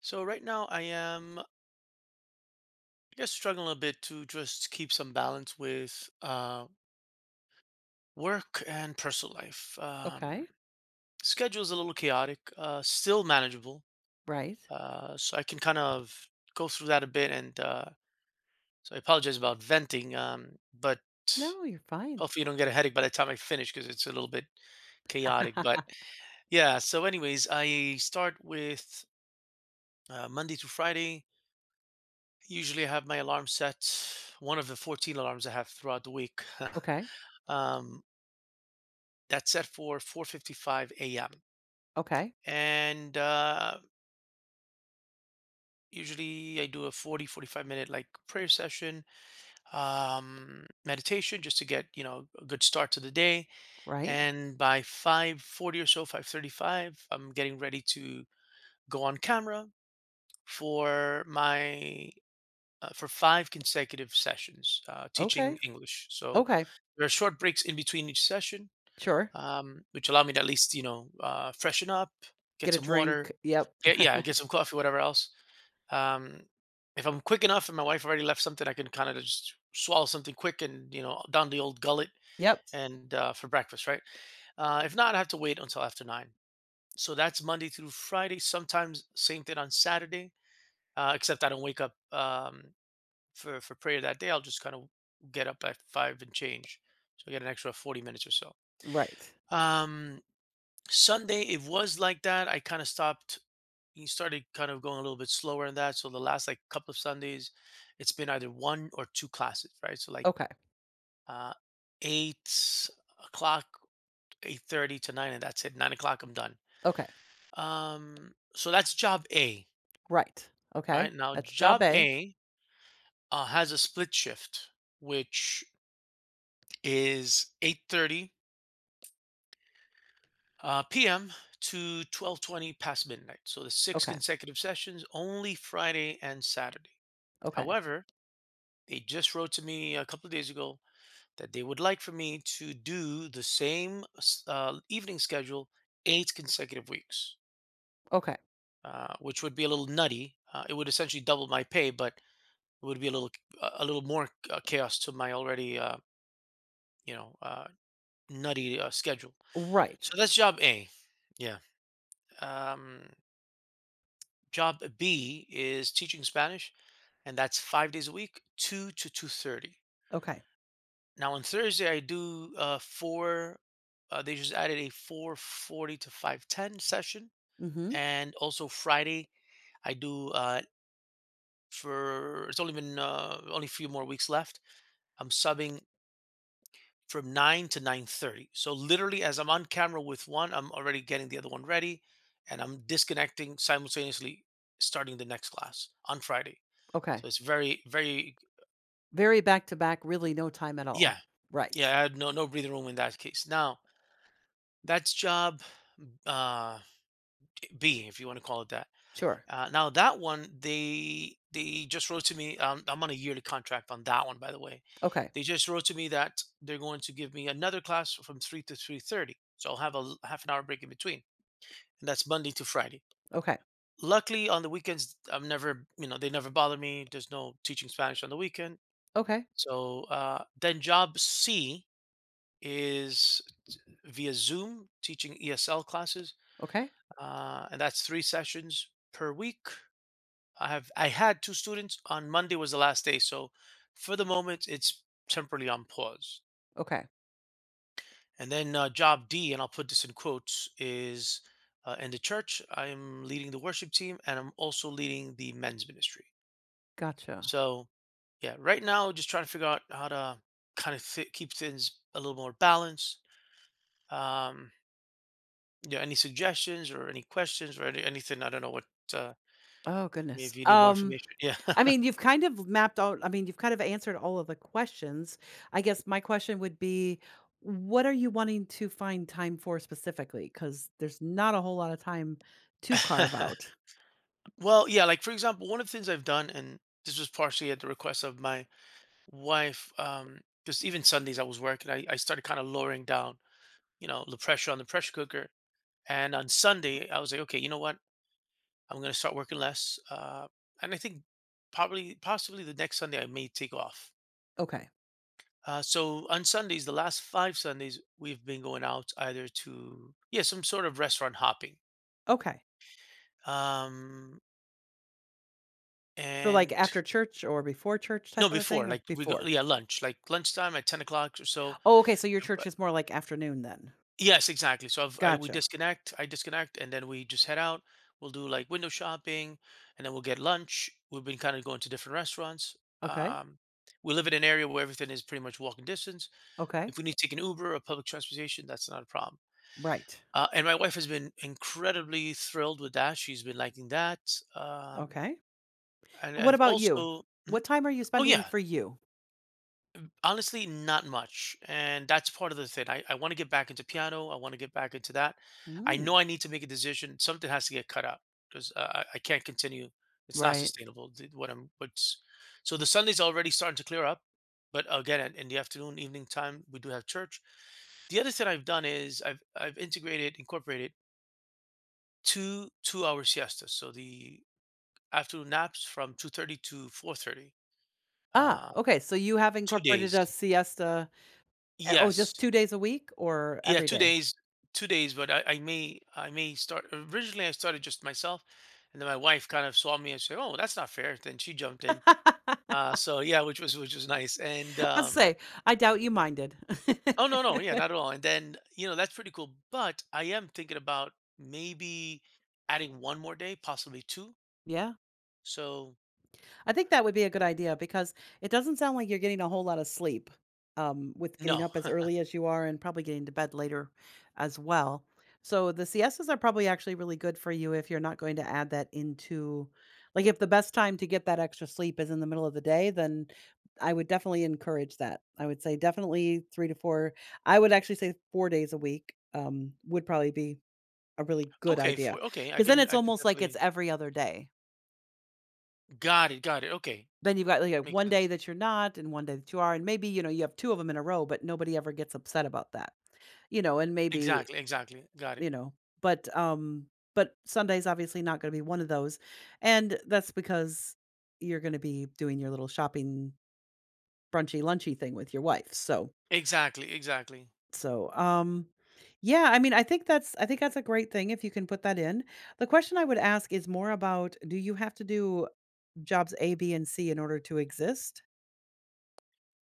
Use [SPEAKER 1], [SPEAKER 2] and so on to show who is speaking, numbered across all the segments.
[SPEAKER 1] So right now I am, I guess, struggling a bit to just keep some balance with work and personal life.
[SPEAKER 2] Okay.
[SPEAKER 1] Schedule's a little chaotic, still manageable.
[SPEAKER 2] Right.
[SPEAKER 1] So I can kind of go through that a bit. And so I apologize about venting, but
[SPEAKER 2] No, you're fine.
[SPEAKER 1] hopefully you don't get a headache by the time I finish because it's a little bit chaotic. But yeah, so anyways, I start with Monday to Friday. Usually I have my alarm set, one of the 14 alarms I have throughout the week.
[SPEAKER 2] Okay.
[SPEAKER 1] um, that's set for 4:55 a.m.
[SPEAKER 2] Okay.
[SPEAKER 1] And usually I do a 40, 45-minute like prayer session, meditation just to get, you know, a good start to the day.
[SPEAKER 2] Right.
[SPEAKER 1] And by 5:40 or so, 5:35, I'm getting ready to go on camera for my, for five consecutive sessions
[SPEAKER 2] Okay.
[SPEAKER 1] teaching English. So
[SPEAKER 2] Okay.
[SPEAKER 1] there are short breaks in between each session,
[SPEAKER 2] Sure.
[SPEAKER 1] which allow me to at least freshen up, get
[SPEAKER 2] Get a
[SPEAKER 1] some water,
[SPEAKER 2] drink. Yep.
[SPEAKER 1] yeah, get some coffee, whatever else. Um, if I'm quick enough and my wife already left something, I can kind of just swallow something quick and down the old gullet
[SPEAKER 2] Yep.
[SPEAKER 1] and for breakfast, right? If not, I have to wait until after nine. So that's Monday through Friday. Sometimes same thing on Saturday, except I don't wake up. For prayer that day, I'll just kind of get up at five and change, so I get an extra 40 minutes or so.
[SPEAKER 2] Right.
[SPEAKER 1] Um, Sunday it was like that. I kind of stopped. He started kind of going a little bit slower in that. So the last like couple of Sundays, it's been either one or two classes, right? So like
[SPEAKER 2] Okay.
[SPEAKER 1] uh, 8 o'clock, 8:30 to nine, and that's it. 9 o'clock, I'm done.
[SPEAKER 2] Okay.
[SPEAKER 1] So that's job A,
[SPEAKER 2] Right. Okay.
[SPEAKER 1] right? Now
[SPEAKER 2] That's job
[SPEAKER 1] job
[SPEAKER 2] A.
[SPEAKER 1] A has a split shift, which is 8:30 p.m. to 12:20 past midnight. So the six
[SPEAKER 2] Okay.
[SPEAKER 1] consecutive sessions only Friday and Saturday.
[SPEAKER 2] Okay.
[SPEAKER 1] However, they just wrote to me a couple of days ago that they would like for me to do the same evening schedule 8 consecutive weeks,
[SPEAKER 2] Okay.
[SPEAKER 1] which would be a little nutty. It would essentially double my pay, but it would be a little, more chaos to my already, you know uh, nutty schedule.
[SPEAKER 2] Right.
[SPEAKER 1] So that's job A. Yeah. Um, Job B is teaching Spanish, and that's 5 days a week, 2 to 2:30.
[SPEAKER 2] Okay.
[SPEAKER 1] Now on Thursday I do four. They just added a 4:40 to 5:10 session,
[SPEAKER 2] Mm-hmm.
[SPEAKER 1] and also Friday I do, for it's only been, only a few more weeks left. I'm subbing from 9 to 9:30. So literally as I'm on camera with one, I'm already getting the other one ready and I'm disconnecting simultaneously starting the next class on Friday.
[SPEAKER 2] Okay.
[SPEAKER 1] So it's very, very,
[SPEAKER 2] Very back to back, really no time at all.
[SPEAKER 1] yeah.
[SPEAKER 2] Right.
[SPEAKER 1] Yeah, I had no breathing room in that case. Now, that's job, uh B, if you want to call it that.
[SPEAKER 2] Sure.
[SPEAKER 1] Now that one, they just wrote to me. I'm on a yearly contract on that one, by the way.
[SPEAKER 2] Okay.
[SPEAKER 1] They just wrote to me that they're going to give me another class from 3 to 3:30. So I'll have a half an hour break in between, and that's Monday to Friday.
[SPEAKER 2] Okay.
[SPEAKER 1] Luckily, on the weekends, I'm never, they never bother me. There's no teaching Spanish on the weekend.
[SPEAKER 2] Okay.
[SPEAKER 1] So then job C is via Zoom teaching ESL classes,
[SPEAKER 2] Okay.
[SPEAKER 1] and that's three sessions per week. I had two students. On Monday was the last day, so for the moment it's temporarily on pause.
[SPEAKER 2] Okay.
[SPEAKER 1] And then job D, and I'll put this in quotes, is in the church. I'm leading the worship team, and I'm also leading the men's ministry.
[SPEAKER 2] Gotcha.
[SPEAKER 1] So yeah, right now just trying to figure out how to kind of keep things a little more balanced. Um, yeah, any suggestions or any questions or anything? I don't know what. Uh,
[SPEAKER 2] Oh goodness.
[SPEAKER 1] maybe you need more information. Yeah.
[SPEAKER 2] I mean, you've kind of answered all of the questions. I guess my question would be, what are you wanting to find time for specifically? Because there's not a whole lot of time to carve out.
[SPEAKER 1] Well, yeah, like for example, one of the things I've done, and this was partially at the request of my wife, because even Sundays I was working, I started kind of lowering down, the pressure on the pressure cooker. And on Sunday, I was like, okay, you know what? I'm gonna start working less. And I think probably, possibly the next Sunday I may take off.
[SPEAKER 2] Okay.
[SPEAKER 1] So on Sundays, the last five Sundays, we've been going out either to, yeah, some sort of restaurant hopping.
[SPEAKER 2] Okay.
[SPEAKER 1] Um,
[SPEAKER 2] So, like,
[SPEAKER 1] and
[SPEAKER 2] after church or before church type
[SPEAKER 1] no,
[SPEAKER 2] of a thing
[SPEAKER 1] before,
[SPEAKER 2] or
[SPEAKER 1] like we go,
[SPEAKER 2] before?
[SPEAKER 1] yeah, lunch, like lunchtime at 10 o'clock or so.
[SPEAKER 2] Oh, okay, so your
[SPEAKER 1] I've- uh,
[SPEAKER 2] church is more like afternoon then.
[SPEAKER 1] Yes, exactly. So
[SPEAKER 2] Gotcha.
[SPEAKER 1] I disconnect, and then we just head out. We'll do like window shopping, and then we'll get lunch. We've been kind of going to different restaurants.
[SPEAKER 2] Okay.
[SPEAKER 1] Um, we live in an area where everything is pretty much walking distance. If
[SPEAKER 2] Okay.
[SPEAKER 1] we need to take an Uber or public transportation, that's not a problem.
[SPEAKER 2] Right.
[SPEAKER 1] And my wife has been incredibly thrilled with that. She's been liking that. Um,
[SPEAKER 2] Okay.
[SPEAKER 1] and
[SPEAKER 2] What
[SPEAKER 1] I've
[SPEAKER 2] about you?
[SPEAKER 1] also. Mhm.
[SPEAKER 2] What time are you
[SPEAKER 1] Oh
[SPEAKER 2] spending
[SPEAKER 1] yeah,
[SPEAKER 2] for you?
[SPEAKER 1] honestly not much, and that's part of the thing. I want to get back into piano. I want to get back into that. I
[SPEAKER 2] Mm.
[SPEAKER 1] know I need to make a decision. Something has to get cut out, because I can't continue. It's not
[SPEAKER 2] Right.
[SPEAKER 1] sustainable, what I'm, what's. So the Sunday's already starting to clear up, but again, in the afternoon evening time, we do have church. The other thing I've done is I've integrated incorporated two 2-hour siestas, so the afternoon naps from 2:30 to 4:30.
[SPEAKER 2] Ah,
[SPEAKER 1] uh
[SPEAKER 2] okay, so you have
[SPEAKER 1] two
[SPEAKER 2] incorporated
[SPEAKER 1] days
[SPEAKER 2] a siesta oh, just
[SPEAKER 1] Yes.
[SPEAKER 2] 2 days a week or
[SPEAKER 1] Yeah,
[SPEAKER 2] every
[SPEAKER 1] 2
[SPEAKER 2] day?
[SPEAKER 1] days, but I may, start originally. I started just myself, and then my wife kind of saw me and said, "Oh, that's not fair," then she jumped in. So yeah, which was, nice,
[SPEAKER 2] I'd say, I doubt you minded.
[SPEAKER 1] Oh, no, no, yeah, not at all, and then, that's pretty cool, but I am thinking about maybe adding 1 more day, possibly 2,
[SPEAKER 2] Yeah.
[SPEAKER 1] so.
[SPEAKER 2] I think that would be a good idea because it doesn't sound like you're getting a whole lot of sleep with getting
[SPEAKER 1] No.
[SPEAKER 2] up as early as you are and probably getting to bed later as well. So the siestas are probably actually really good for you if you're not going to add that into, like, if the best time to get that extra sleep is in the middle of the day, then I would definitely encourage that. I would say definitely three to four. I would actually say 4 days a week would probably be a really good
[SPEAKER 1] Okay,
[SPEAKER 2] idea
[SPEAKER 1] for okay,
[SPEAKER 2] because then it's
[SPEAKER 1] I can
[SPEAKER 2] almost like it's
[SPEAKER 1] definitely.
[SPEAKER 2] every other day
[SPEAKER 1] Got it, okay,
[SPEAKER 2] then you've got like a
[SPEAKER 1] makes
[SPEAKER 2] one day
[SPEAKER 1] sense.
[SPEAKER 2] that you're not and one day that you are, and maybe, you know, you have 2 of them in a row, but nobody ever gets upset about that. You know, and maybe,
[SPEAKER 1] Exactly, exactly, got it.
[SPEAKER 2] you know, but, um but Sunday's obviously not gonna be one of those, and that's because you're gonna be doing your little shopping, brunchy, lunchy thing with your wife, so
[SPEAKER 1] Exactly, exactly.
[SPEAKER 2] so, um, yeah, I mean, I think that's a great thing if you can put that in. The question I would ask is more about do you have to do jobs A, B, and C in order to exist?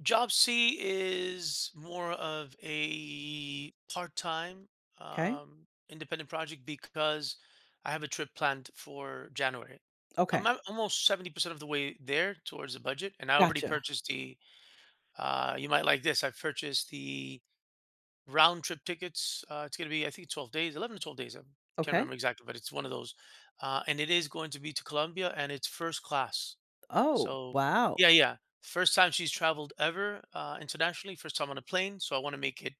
[SPEAKER 1] Job C is more of a part-time,
[SPEAKER 2] Okay,
[SPEAKER 1] independent project because I have a trip planned for January. I'm
[SPEAKER 2] okay.
[SPEAKER 1] almost 70% of the way there towards the budget, and I already
[SPEAKER 2] Gotcha.
[SPEAKER 1] purchased the, you might like this, I've purchased the round trip tickets. It's going to be, I think, 12 days, 11 to 12 days. I can't remember
[SPEAKER 2] Okay.
[SPEAKER 1] exactly, but it's one of those. And it is going to be to Colombia, and it's first class.
[SPEAKER 2] Oh,
[SPEAKER 1] So
[SPEAKER 2] wow.
[SPEAKER 1] yeah, yeah. First time she's traveled ever, internationally. First time on a plane. So I want to make it,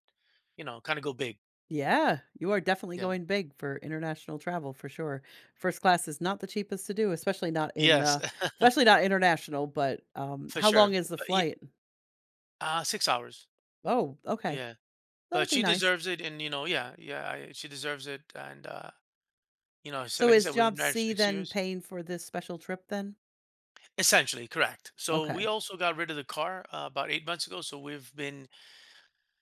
[SPEAKER 1] kind of go big.
[SPEAKER 2] Yeah, you are definitely
[SPEAKER 1] Yeah.
[SPEAKER 2] going big for international travel for sure. First class is not the cheapest to do,
[SPEAKER 1] Yes,
[SPEAKER 2] especially not international, but
[SPEAKER 1] for
[SPEAKER 2] how long
[SPEAKER 1] sure.
[SPEAKER 2] is the
[SPEAKER 1] But,
[SPEAKER 2] flight?
[SPEAKER 1] 6 hours.
[SPEAKER 2] Oh, okay.
[SPEAKER 1] Yeah,
[SPEAKER 2] That'll
[SPEAKER 1] but
[SPEAKER 2] be
[SPEAKER 1] she
[SPEAKER 2] nice.
[SPEAKER 1] deserves it, and yeah, yeah, she deserves it, and so
[SPEAKER 2] So
[SPEAKER 1] like I
[SPEAKER 2] is
[SPEAKER 1] said, we've been
[SPEAKER 2] job
[SPEAKER 1] married for
[SPEAKER 2] C
[SPEAKER 1] six
[SPEAKER 2] then
[SPEAKER 1] years,
[SPEAKER 2] paying for this special trip then?
[SPEAKER 1] essentially, correct. So we
[SPEAKER 2] Okay.
[SPEAKER 1] also got rid of the car, about 8 months ago, so we've been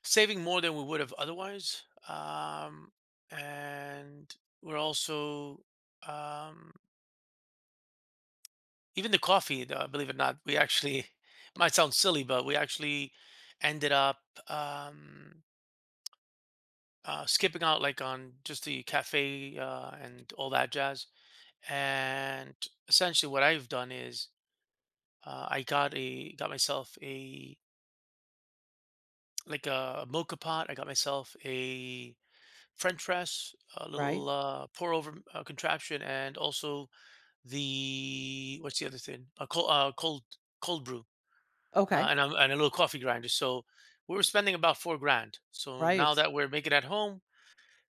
[SPEAKER 1] saving more than we would have otherwise, and we're also um even the coffee, believe it or not, we actually might sound silly, but we actually ended up, um, skipping out like on just the cafe, and all that jazz. And essentially, what I've done is, I got a got myself a, like a mocha pot. I got myself a French press, a
[SPEAKER 2] Right?
[SPEAKER 1] little, pour over, contraption, and also the what's the other thing? A cold brew, uh,
[SPEAKER 2] Okay.
[SPEAKER 1] and, a, and a little coffee grinder. So we were spending about 4 grand. So now
[SPEAKER 2] Right.
[SPEAKER 1] that we're making at home,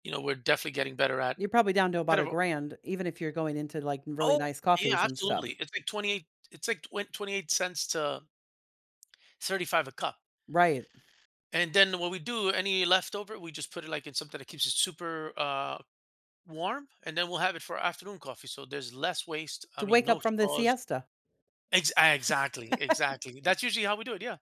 [SPEAKER 1] we're definitely getting better at.
[SPEAKER 2] You're probably down to about
[SPEAKER 1] Kind
[SPEAKER 2] a
[SPEAKER 1] of.
[SPEAKER 2] grand even if you're going into like really
[SPEAKER 1] Oh,
[SPEAKER 2] nice
[SPEAKER 1] yeah,
[SPEAKER 2] coffees and
[SPEAKER 1] absolutely.
[SPEAKER 2] stuff.
[SPEAKER 1] It's like 28. It's like 28 cents to 35 a cup.
[SPEAKER 2] Right.
[SPEAKER 1] And then what we do, any leftover, we just put it like in something that keeps it super, warm, and then we'll have it for our afternoon coffee. So there's less waste. I
[SPEAKER 2] To
[SPEAKER 1] mean,
[SPEAKER 2] wake
[SPEAKER 1] no
[SPEAKER 2] up from the
[SPEAKER 1] straws.
[SPEAKER 2] siesta.
[SPEAKER 1] Exactly, exactly. That's usually how we do it. Yeah,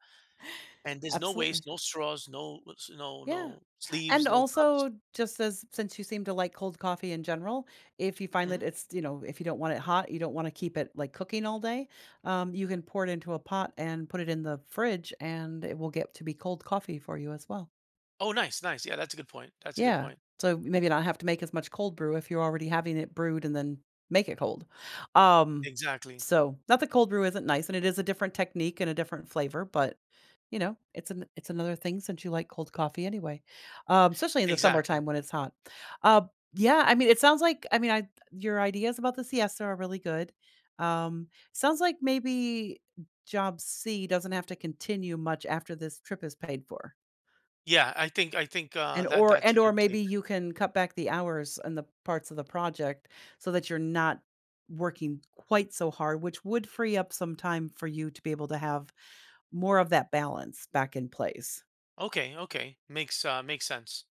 [SPEAKER 1] and there's no waste,
[SPEAKER 2] Absolutely.
[SPEAKER 1] no straws, no no
[SPEAKER 2] Yeah.
[SPEAKER 1] no
[SPEAKER 2] And
[SPEAKER 1] sleeves, no cups.
[SPEAKER 2] also, just as since you seem to like cold coffee in general, if you find that
[SPEAKER 1] Mhm.
[SPEAKER 2] it's, you know, if you don't want it hot, you don't want to keep it like cooking all day, you can pour it into a pot and put it in the fridge and it will get to be cold coffee for you as well.
[SPEAKER 1] Oh, nice, nice. Yeah, that's a good point. That's a good
[SPEAKER 2] Yeah.
[SPEAKER 1] point.
[SPEAKER 2] So maybe not have to make as much cold brew if you're already having it brewed and then make it cold. Um,
[SPEAKER 1] Exactly.
[SPEAKER 2] so not that cold brew isn't nice and it is a different technique and a different flavor, but you know, it's another thing since you like cold coffee anyway. Especially in the
[SPEAKER 1] Exactly.
[SPEAKER 2] summertime when it's hot. Uh yeah, I mean it sounds like I mean I your ideas about the siesta are really good. Um sounds like maybe job C doesn't have to continue much after this trip is paid for.
[SPEAKER 1] Yeah, I think
[SPEAKER 2] And
[SPEAKER 1] that
[SPEAKER 2] or
[SPEAKER 1] that's
[SPEAKER 2] and
[SPEAKER 1] a
[SPEAKER 2] or
[SPEAKER 1] good
[SPEAKER 2] maybe
[SPEAKER 1] take.
[SPEAKER 2] you can cut back the hours and the parts of the project so that you're not working quite so hard, which would free up some time for you to be able to have more of that balance back in place.
[SPEAKER 1] Okay, okay. Makes sense.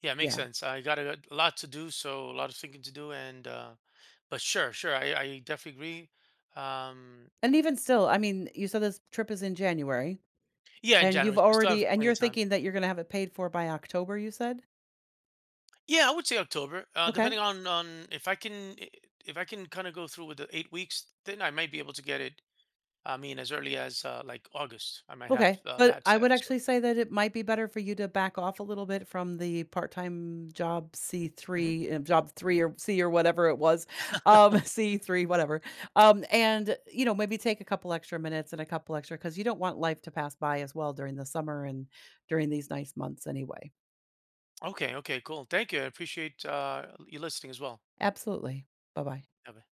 [SPEAKER 1] Yeah, makes
[SPEAKER 2] Yeah.
[SPEAKER 1] sense. I got a lot to do, so a lot of thinking to do, and but sure, sure. I definitely agree. Um
[SPEAKER 2] And even still, I mean, you said this trip is in January
[SPEAKER 1] yeah, in January, so we still have
[SPEAKER 2] and
[SPEAKER 1] plenty
[SPEAKER 2] you're
[SPEAKER 1] of time.
[SPEAKER 2] thinking that you're gonna have it paid for by October, you said?
[SPEAKER 1] Yeah, I would say October. Depending
[SPEAKER 2] Okay.
[SPEAKER 1] on, if if I can kind of go through with the 8 weeks, then I might be able to get it, I mean, as early as, like August. I might have,
[SPEAKER 2] Okay, but
[SPEAKER 1] that
[SPEAKER 2] I
[SPEAKER 1] set.
[SPEAKER 2] would
[SPEAKER 1] So.
[SPEAKER 2] actually say that it might be better for you to back off a little bit from the part-time job
[SPEAKER 1] Mhm.
[SPEAKER 2] C3, job 3 or C or whatever it was, C3, whatever, and, you know, maybe take a couple extra minutes and a couple extra because you don't want life to pass by as well during the summer and during these nice months anyway.
[SPEAKER 1] Okay. Okay. Cool. Thank you. I appreciate, you listening as well.
[SPEAKER 2] Absolutely. Bye-bye.
[SPEAKER 1] Have a-